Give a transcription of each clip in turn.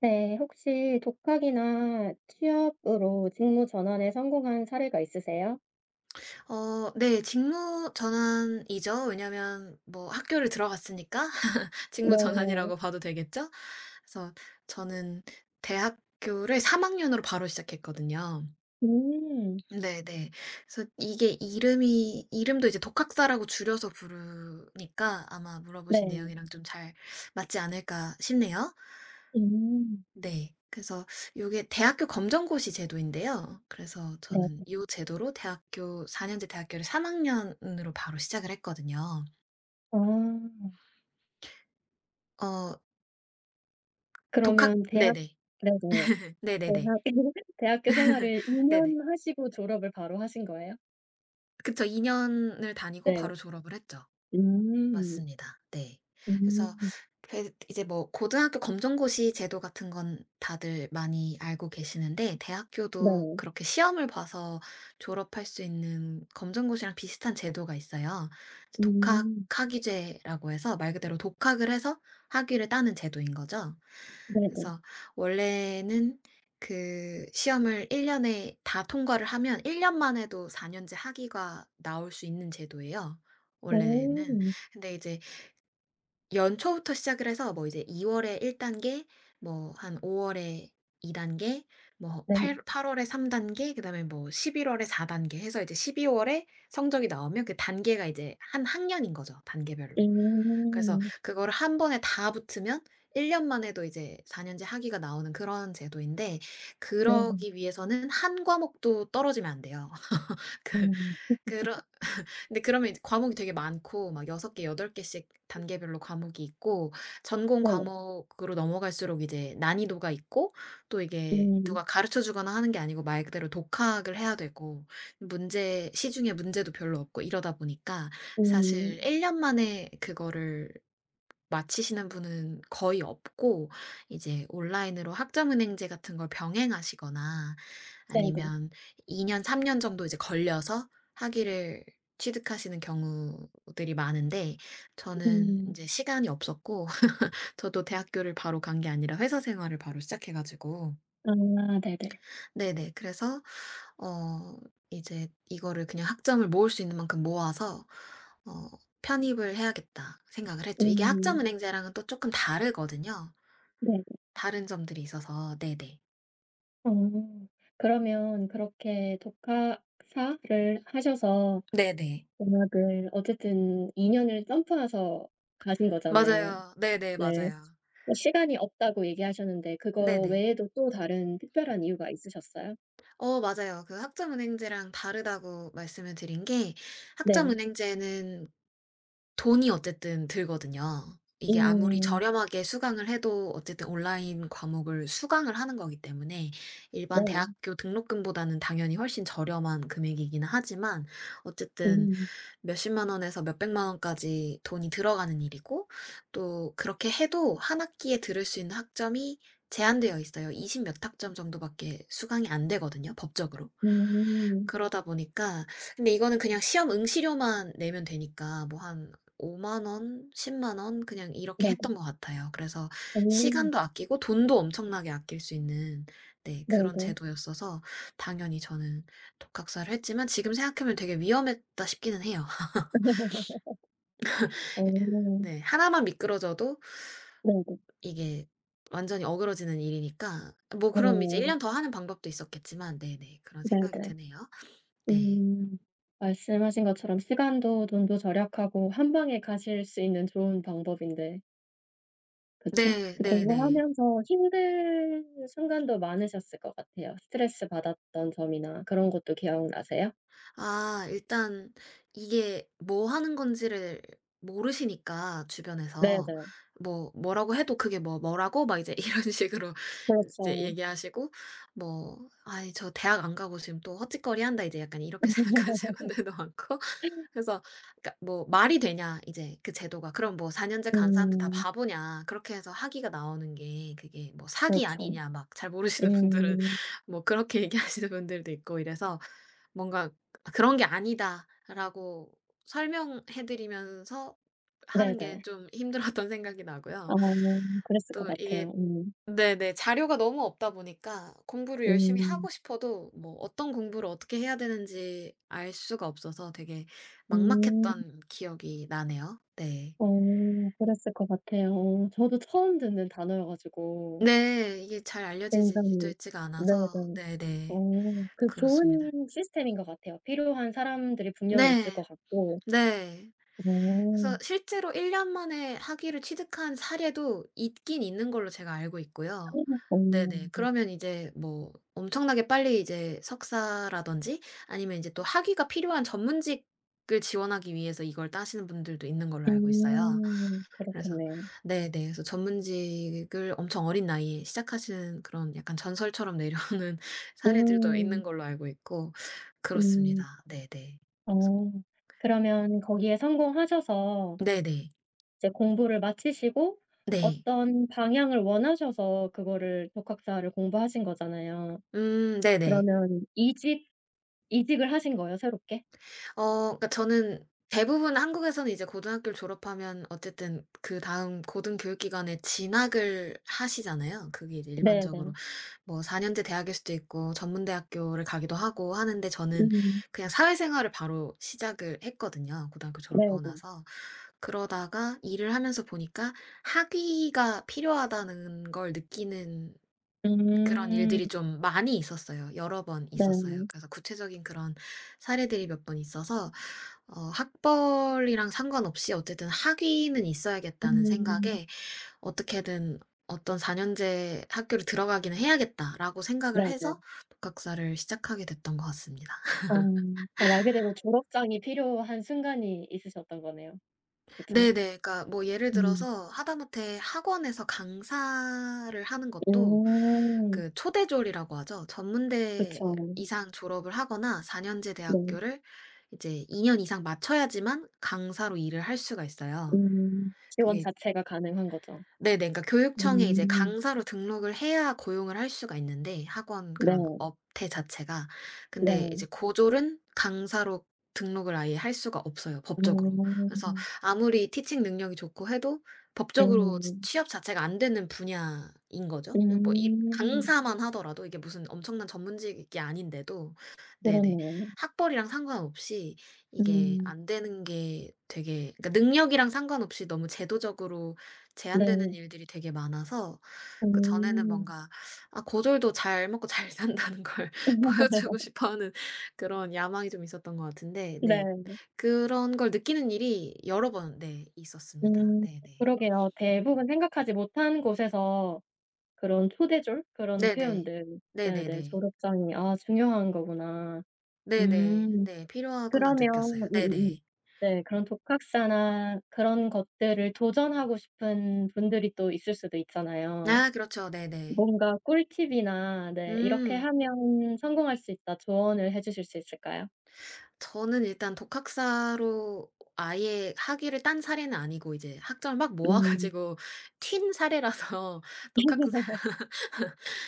네. 혹시 독학이나 취업으로 직무 전환에 성공한 사례가 있으세요? 네. 직무 전환이죠. 왜냐면 뭐 학교를 들어갔으니까 직무 네. 전환이라고 봐도 되겠죠? 그래서 저는 대학교를 3 학년으로 바로 시작했거든요. 음. 네네. 그래서 이게 이름이 이름도 이제 독학사라고 줄여서 부르니까 아마 네. 물어보신 내용이랑 좀 잘 맞지 않을까 싶네요. 음. 네. 그래서 요게 대학교 검정고시 제도인데요. 그래서 저는 네. 요 제도로 대학교 4 년제 대학교를 3 학년으로 바로 시작을 했거든요. 아. 어 독학 그러면 대학 네네. 네네. 네네네. 대학 대학교 생활을 1 네네. 년 하시고 졸업을 바로 하신 거예요? 그쵸. 2 년을 다니고 네. 바로 졸업을 했죠. 음. 맞습니다. 네. 그래서 음. 그 이제 뭐 고등학교 검정고시 제도 같은 건 다들 많이 알고 계시는데 대학교도 네. 그렇게 시험을 봐서 졸업할 수 있는 검정고시랑 비슷한 제도가 있어요. 독학 음. 학위제라고 해서 말 그대로 독학을 해서 학위를 따는 제도인 거죠. 네네. 그래서 원래는 그 시험을 1 년에 다 통과를 하면 1 년만 해도 4 년제 학위가 나올 수 있는 제도예요 원래는. 음 근데 이제 연초부터 시작을 해서 뭐 이제 2 월에 1 단계 뭐 한 5 월에 2 단계 뭐 네. 8팔 월에 3 단계 그다음에 뭐 11 월에 4 단계 해서 이제 12 월에 성적이 나오면 그 단계가 이제 한 학년인 거죠, 단계별로. 그래서 음. 그거를 한 번에 다 붙으면 1 년만 해도 이제 4 년제 학위가 나오는 그런 제도인데 네네. 그러기 위해서는 한 과목도 떨어지면 안 돼요. 그 음. 그러 근데 그러면 이제 과목이 되게 많고 막 6 개, 8 개씩 단계별로 과목이 있고 전공 네. 과목으로 넘어갈수록 이제 난이도가 있고 또 이게 음. 누가 가르쳐 주거나 하는 게 아니고 말 그대로 독학을 해야 되고 문제 시중에 문제도 별로 없고 이러다 보니까 사실 음. 1년 만에 그거를 마치시는 분은 거의 없고 이제 온라인으로 학점은행제 같은 걸 병행하시거나 네네. 아니면 2 년, 3년 정도 이제 걸려서 학위를 취득하시는 경우들이 많은데 저는 이 음. 제 시간이 없었고 저도 대학교를 바로 간 게 아니라 회사 생활을 바로 시작해 가지고 아 네네. 네네 그래서 어 이제 이거를 그냥 학점을 모을 수 있는 만큼 모아서 어 '편입을 해야겠다.' 생각을 했죠. 이게 음. 학점은행제랑은 또 조금 다르거든요. 네네. 다른 점들이 있어서 네네. 어. 그러면 그렇게 독학사를 하셔서 네네. 음악을 어쨌든 2 년을 점프해서 가신 거잖아요. 맞아요. 네네. 네. 맞아요. 뭐 시간이 없다고 얘기하셨는데 그거 네네. 외에도 또 다른 특별한 이유가 있으셨어요? 맞아요. 그 학점은행제랑 다르다고 말씀을 드린 게 네. 학점은행제는 돈이 어쨌든 들거든요. 이게 아무리 음. 저렴하게 수강을 해도 어쨌든 온라인 과목을 수강을 하는 거기 때문에 일반 네. 대학교 등록금보다는 당연히 훨씬 저렴한 금액이기는 하지만 어쨌든 음. 몇십만 원에서 몇백만 원까지 돈이 들어가는 일이고 또 그렇게 해도 한 학기에 들을 수 있는 학점이 제한되어 있어요. 20몇 학점 정도밖에 수강이 안 되거든요, 법적으로. 음. 그러다 보니까 근데 이거는 그냥 시험 응시료만 내면 되니까 뭐 한5만 원, 1 0만원 그냥 이렇게 네네. 했던 것 같아요. 그래서 어. 시간도 아끼고 돈도 엄청나게 아낄 수 있는 네 그런 네네. 제도였어서 당연히 저는 독학사를 했지만 지금 생각하면 되게 위험했다 싶기는 해요. 어. 네. 하나만 미끄러져도 네네. 이게 완전히 어그러지는 일이니까 뭐 그럼 이제 1 어. 년 더 하는 방법도 있었겠지만 네네. 그런 생각이 네네. 드네요. 네. 음. 말씀하신 것처럼 시간도 돈도 절약하고 한 방에 가실 수 있는 좋은 방법인데 그쵸? 네 근데 네네. 공부하면서 힘든 순간도 많으셨을 것 같아요. 스트레스 받았던 점이나 그런 것도 기억나세요? 아 일단 이게 뭐 하는 건지를 모르시니까 주변에서 네네. 뭐 뭐라고 해도 그게 뭐 "뭐라고?" 막 이제 이런 식으로 이제 그렇죠. 얘기하시고 뭐 아니 저 대학 안 가고 지금 또 헛짓거리한다." 이제 약간 이렇게 생각하시는 분들도 많고 그래서 그러니까 뭐 "말이 되냐?" 이제 그 제도가. "그럼 뭐 4 년제 간 사람들 다 음. 바보냐?" 그렇게 해서 학위가 나오는 게 그게 뭐 "사기 그렇죠. 아니냐?" 막 잘 모르시는 분들은 음. 뭐 그렇게 얘기하시는 분들도 있고 이래서 뭔가 아, "그런 게 아니다."라고 설명해 드리면서 하는 게 네네. 좀 힘들었던 생각이 나고요. 아 그랬을 것 또 이게 같아요. 음. 네네. 자료가 너무 없다 보니까 공부를 열심히 음. 하고 싶어도 뭐 어떤 공부를 어떻게 해야 되는지 알 수가 없어서 되게 음. 막막했던 기억이 나네요. 네. 어. 그랬을 것 같아요. 저도 처음 듣는 단어여 가지고 네. 이게 잘 알려지지 져 굉장히 지가 않아서 네네. 네네. 어 그 그렇습니다. 좋은 시스템인 것 같아요. 필요한 사람들이 분명히 네. 있을 것 같고. 네. 그래서 어. 실제로 1년 만에 학위를 취득한 사례도 있긴 있는 걸로 제가 알고 있고요. 어. 네네. 그러면 이제 뭐 엄청나게 빨리 이제 석사라든지 아니면 이제 또 학위가 필요한 전문직을 지원하기 위해서 이걸 따시는 분들도 있는 걸로 알고 있어요. 음. 그래서 그렇겠네요. 네네. 그래서 전문직을 엄청 어린 나이에 시작하시는 그런 약간 전설처럼 내려오는 사례들도 있는 음. 걸로 알고 있고 음. 그렇습니다. 네네. 어. 그래서 그러면 거기에 성공하셔서 네네. 이제 공부를 마치시고 네. 어떤 방향을 원하셔서 그거를 독학사를 공부하신 거잖아요. 네네. 그러면 이직 이직을 하신 거예요, 새롭게? 그러니까 저는 대부분 한국에서는 이제 고등학교를 졸업하면 어쨌든 그다음 고등교육기관에 진학을 하시잖아요. 그게 이제 일반적으로 네네. 뭐 4년제 대학일 수도 있고 전문대학교를 가기도 하고 하는데 저는 음. 그냥 사회생활을 바로 시작을 했거든요, 고등학교 졸업하고 네네. 나서. 그러다가 일을 하면서 보니까 학위가 필요하다는 걸 느끼는 그런 음. 일들이 좀 많이 있었어요. 여러 번 있었어요. 네. 그래서 구체적인 그런 사례들이 몇 번 있어서 학벌이랑 상관없이 어쨌든 학위는 있어야겠다는 음. 생각에 어떻게든 어떤 4 년제 학교를 들어가기는 해야겠다라고 생각을 네네. 해서 독학사를 시작하게 됐던 것 같습니다. 아. 그러니까 말 그대로 졸업장이 필요한 순간이 있으셨던 거네요. 그쵸? 네네. 그러니까 뭐 예를 음. 들어서 하다못해 학원에서 강사를 하는 것도 음. 그 초대졸이라고 하죠. 전문대 그쵸. 이상 졸업을 하거나 4년제 네. 대학교를 이제 2년 이상 마쳐야지만 강사로 일을 할 수가 있어요. 음. 지원 그게 자체가 가능한 거죠. 네네. 그러니까 교육청에 이제 음. 강사로 등록을 해야 고용을 할 수가 있는데 학원 그런 네. 업태 자체가. 근데 이제 네. 고졸은 강사로 등록을 아예 할 수가 없어요 법적으로. 그래서 어. 아무리 티칭 능력이 좋고 해도 법적으로 치 음. 취업 자체가 안 되는 분야인 거죠. 뭐 이 음. 강사만 하더라도 이게 무슨 엄청난 전문직이 아닌데도 네네. 그러네요. 학벌이랑 상관없이 이게 음. 안 되는 게 되게 그러니까 능력이랑 상관없이 너무 제도적으로 제한되는 네. 일들이 되게 많아서 그전에는 음. 뭔가 아 고졸도 잘 먹고 잘 산다는 걸 보여주고 싶어하는 그런 야망이 좀 있었던 것 같은데 네 네. 그런 걸 느끼는 일이 여러 번 네 있었습니다. 음. 네네. 그러게요. 대부분 생각하지 못한 곳에서 그런 초대절 그런 네네. 표현들. 네네. 네네네. 졸업장이 아 중요한 거구나. 네네. 음. 네 필요하구나 그러면 느꼈어요. 음음음. 네네. 네. 그런 독학사나 그런 것들을 도전하고 싶은 분들이 또 있을 수도 있잖아요. 아 그렇죠. 네네. 뭔가 꿀팁이나 네 "이렇게 음. 하면 성공할 수 있다." 조언을 해 주실 수 있을까요? 저는 일단 독학사로 아예 학위를 딴 사례는 아니고 이제 학점을 막 모아 음. 가지고 튄 사례라서 독학사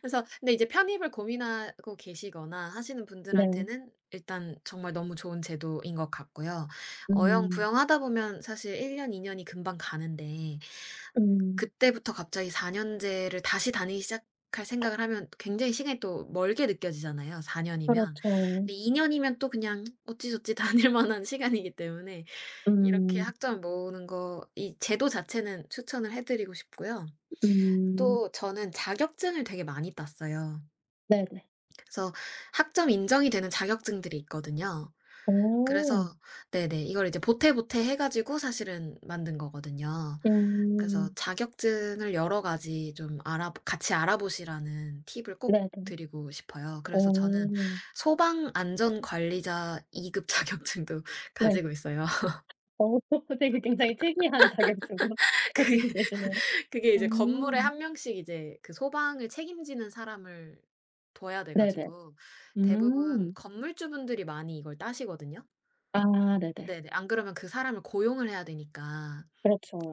그래서 근데 이제 편입을 고민하고 계시거나 하시는 네. 분들한테는 일단 정말 너무 좋은 제도인 것 같고요. 어영 음. 부영하다 보면 사실 1 년, 2 년이 금방 가는데 음. 그때부터 갑자기 4 년제를 다시 다니기 시작할 생각을 하면 굉장히 시간이 또 멀게 느껴지잖아요, 4 년이면. 그렇죠. 근데 2 년이면 또 그냥 어찌저찌 다닐 만한 시간이기 때문에 이렇게 음. 학점 모으는 거 이 제도 자체는 추천을 해 드리고 싶고요. 음. 또 저는 자격증을 되게 많이 땄어요. 네네. 그래서 학점 인정이 되는 자격증들이 있거든요. 오. 그래서 네네. 이걸 이제 보태보태 해 가지고 사실은 만든 거거든요. 그래서 음. 자격증을 여러 가지 좀 알아 같이 알아보시라는 팁을 꼭 네네. 드리고 싶어요. 그래서 저는 어. 소방 안전관리자 2급 자격증도 네. 가지고 있어요. 어 되게 굉장히 특이한 자격증을 그게 가지고 계시네요. 그게 이제 건물에 음. 한 명씩 이제 그 소방을 책임지는 사람을 둬야 돼 네네. 가지고 대부분 음. 건물주분들이 많이 이걸 따시거든요. 아 네네. 네네. 안 그러면 그 사람을 고용을 해야 되니까.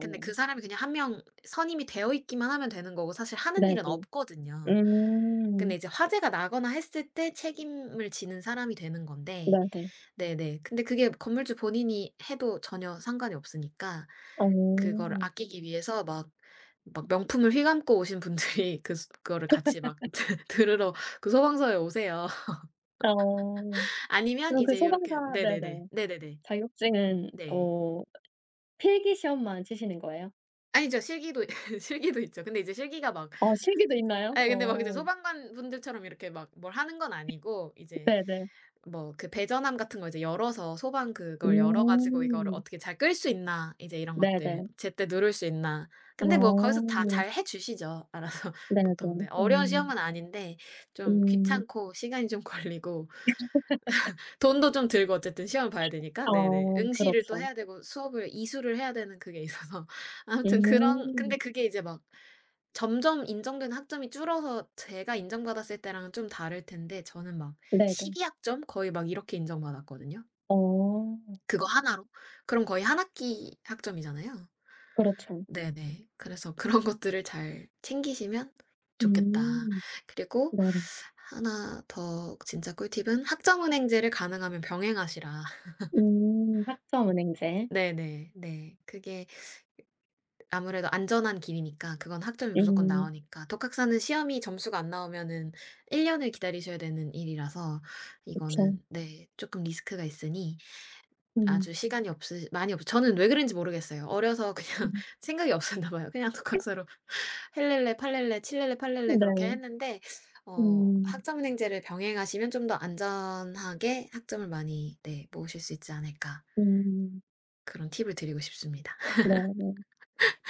근데 그 사람이 그냥 한 명 선임이 되어 있기만 하면 되는 거고 사실 하는 네네. 일은 없거든요. 근데 음. 이제 화재가 나거나 했을 때 책임을 지는 사람이 되는 건데 네네. 네네. 근데 그게 건물주 본인이 해도 전혀 상관이 없으니까 어. 그거를 아끼기 위해서 막 명품을 휘감고 오신 분들이 그 스 그거를 같이 막 드 들으러 그 소방서에 오세요. 어. 아니면 그럼 그 이제 요렇게 소방사 네네네. 네네. 네네네. 자격증은 네. 어 필기 시험만 치시는 거예요? 아니죠. 실기도 실기도 있죠. 근데 이제 실기가 막 어 실기도 있나요? 아니 근데 막 이제 어. 소방관 분들처럼 이렇게 막 뭘 하는 건 아니고 이제 네네. 뭐 그 배전함 같은 거 이제 열어서 소방 그걸 열어 가지고 이거를 음. 어떻게 잘 끌 수 있나 이제 이런 것들 네네. 제때 누를 수 있나. 근데 뭐 거기서 다 어. 잘해 주시죠 알아서 네네. 보통. 네 어. 어려운 시험은 아닌데 좀 음. 귀찮고 시간이 좀 걸리고 돈도 좀 들고 어쨌든 시험을 봐야 되니까. 네네. 어 응시를 또 그렇죠. 해야 되고 수업을 이수를 해야 되는 그게 있어서 아무튼 그런 음. 근데 그게 이제 막 점점 인정된 학점이 줄어서 제가 인정받았을 때랑은 좀 다를 텐데 저는 막 네네. 12 학점 거의 막 이렇게 인정받았거든요. 어 그거 하나로. 그럼 거의 한 학기 학점이잖아요. 그렇죠. 네네. 그래서 그런 것들을 잘 챙기시면 좋겠다. 음. 그리고 네네. 하나 더 진짜 꿀팁은 학점은행제를 가능하면 병행하시라. 학점은행제. 네네. 네. 그게 아무래도 안전한 길이니까 그건 학점이 무조건 음 나오니까. 독학사는 시험이 점수가 안 나오면은 1 년을 기다리셔야 되는 일이라서 그쵸. 이거는 네 조금 리스크가 있으니 음. 아주 시간이 없으 많이 없 저는 왜 그런지 모르겠어요. 어려서 그냥 음. 생각이 없었나 봐요. 그냥 독학사로 헬렐레 팔렐레 칠렐레 팔렐레 네. 그렇게 했는데 음. 학점은행제를 병행하시면 좀 더 안전하게 학점을 많이 네 모으실 수 있지 않을까 음. 그런 팁을 드리고 싶습니다. 네네.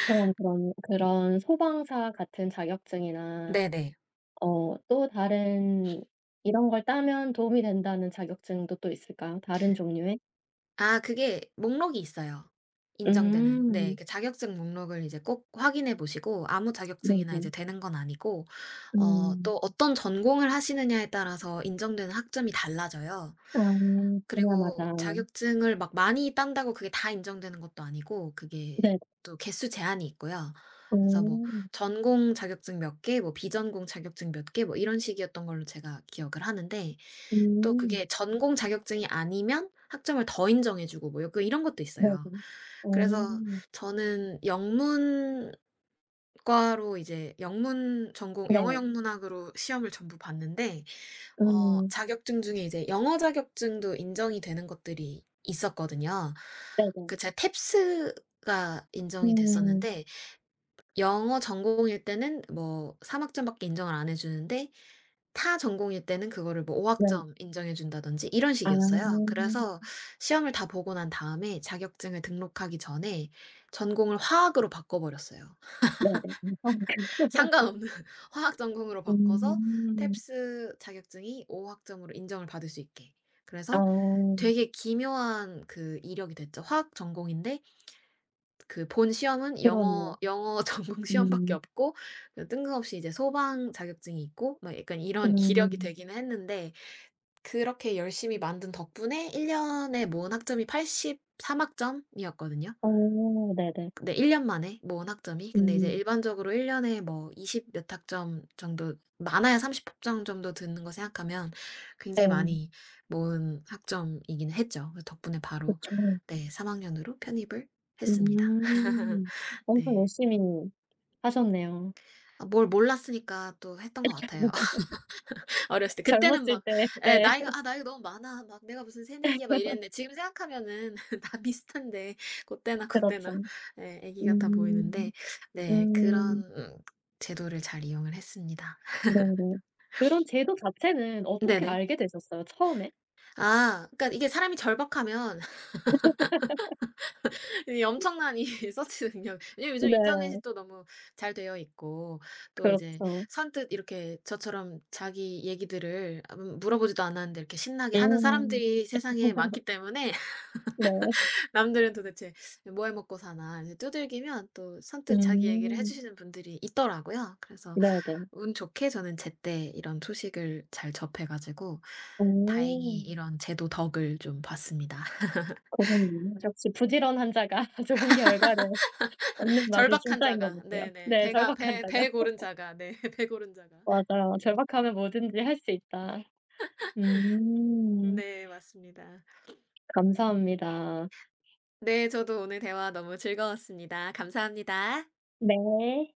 그런 소방사 같은 자격증이나 네네. 어 또 다른 이런 걸 따면 도움이 된다는 자격증도 또 있을까요? 다른 종류의? 아 그게 목록이 있어요. 인정되는. 네. 음. 그 자격증 목록을 이제 꼭 확인해 보시고 아무 자격증이나 이제 네네. 되는 건 아니고 음. 또 어떤 전공을 하시느냐에 따라서 인정되는 학점이 달라져요. 아 그리고 분야마다. 자격증을 막 많이 딴다고 그게 다 인정되는 것도 아니고 그게 네. 또 개수 제한이 있고요. 그래서 뭐 어. 전공 자격증 몇 개 뭐 비전공 자격증 몇 개 뭐 이런 식이었던 걸로 제가 기억을 하는데 또 음. 그게 전공 자격증이 아니면 학점을 더 인정해 주고 뭐 요거 이런 것도 있어요. 네네. 그래서 어. 저는 영문과로 이제 영문 전공 영어 네. 영문학으로 시험을 전부 봤는데 음. 자격증 중에 이제 영어 자격증도 인정이 되는 것들이 있었거든요. 네네. 그 제 탭스가 인정이 음. 됐었는데 영어 전공일 때는 뭐 3 학점밖에 인정을 안 해 주는데 타 전공일 때는 그거를 뭐 5 네. 학점 인정해 준다든지 이런 아. 식이었어요. 그래서 시험을 다 보고 난 다음에 자격증을 등록하기 전에 전공을 화학으로 바꿔 버렸어요. 네네. 무서운 그거. 상관없는 화학 전공으로 바꿔서 음. 탭스 자격증이 5 학점으로 인정을 받을 수 있게. 그래서 어. 되게 기묘한 그 이력이 됐죠. 화학 전공인데 그 본 시험은 그러네요. 영어 전공 시험밖에 음. 없고 그 뜬금없이 이제 소방 자격증이 있고 막 약간 이런 이력이 음. 되기는 했는데 그렇게 열심히 만든 덕분에 1 년에 모은 학점이 83 학점이었거든요. 어 네네. 근데 1 년 만에 모은 학점이. 근데 이제 음. 일반적으로 1 년에 뭐 20 몇 학점 정도 많아야 30 학점 정도 드는 거 생각하면 굉장히 네. 많이 모은 학점이긴 했죠. 그 덕분에 바로 그쵸. 네 3 학년으로 편입을 했습니다. 음. 엄청 네. 열심히 하셨네요. 아 뭘 몰랐으니까 또 했던 것 같아요. 어렸을 때. 그때는 젊었을 막 때 예 네. 나이가 '아 나이가 너무 많아. 막 내가 무슨 새내기야.' 막 이랬는데 지금 생각하면은 다 비슷한데 그때나 그때나 그렇죠. 예 아기 같아 음. 보이는데 네 음. 그런 제도를 잘 이용을 했습니다. 네네. 그런 제도 자체는 어떻게 네네. 알게 되셨어요, 처음에? 아 그러니까 이게 사람이 절박하면 이 엄청난 이 서치 능력. 왜냐면 요즘 인터넷이 네. 또 너무 잘 되어 있고 또 이제 그렇죠. 선뜻 이렇게 저처럼 자기 얘기들을 물어보지도 않았는데 이렇게 신나게 하는 음. 사람들이 세상에 많기 때문에 네. 남들은 도대체 '뭐 해 먹고 사나.' 이제 두들기면 또 선뜻 자기 얘기를 해 음. 주시는 분들이 있더라고요. 그래서 네네. 운 좋게 저는 제때 이런 소식을 잘 접해 가지고 다행히 오. 이런 제도 덕을 좀 봤습니다. 그렇네요. 역시 부지런한 자가 좋은 결과를 얻는 말이 절박한 진짜인 것 자가. 같아요. 네네. 네. 배가 절박한 배 자가. 배 고른 자가. 네. 배 고른 자가. 맞아요. 절박하면 뭐든지 할 수 있다. 음. 네 맞습니다. 감사합니다. 네 저도 오늘 대화 너무 즐거웠습니다. 감사합니다. 네.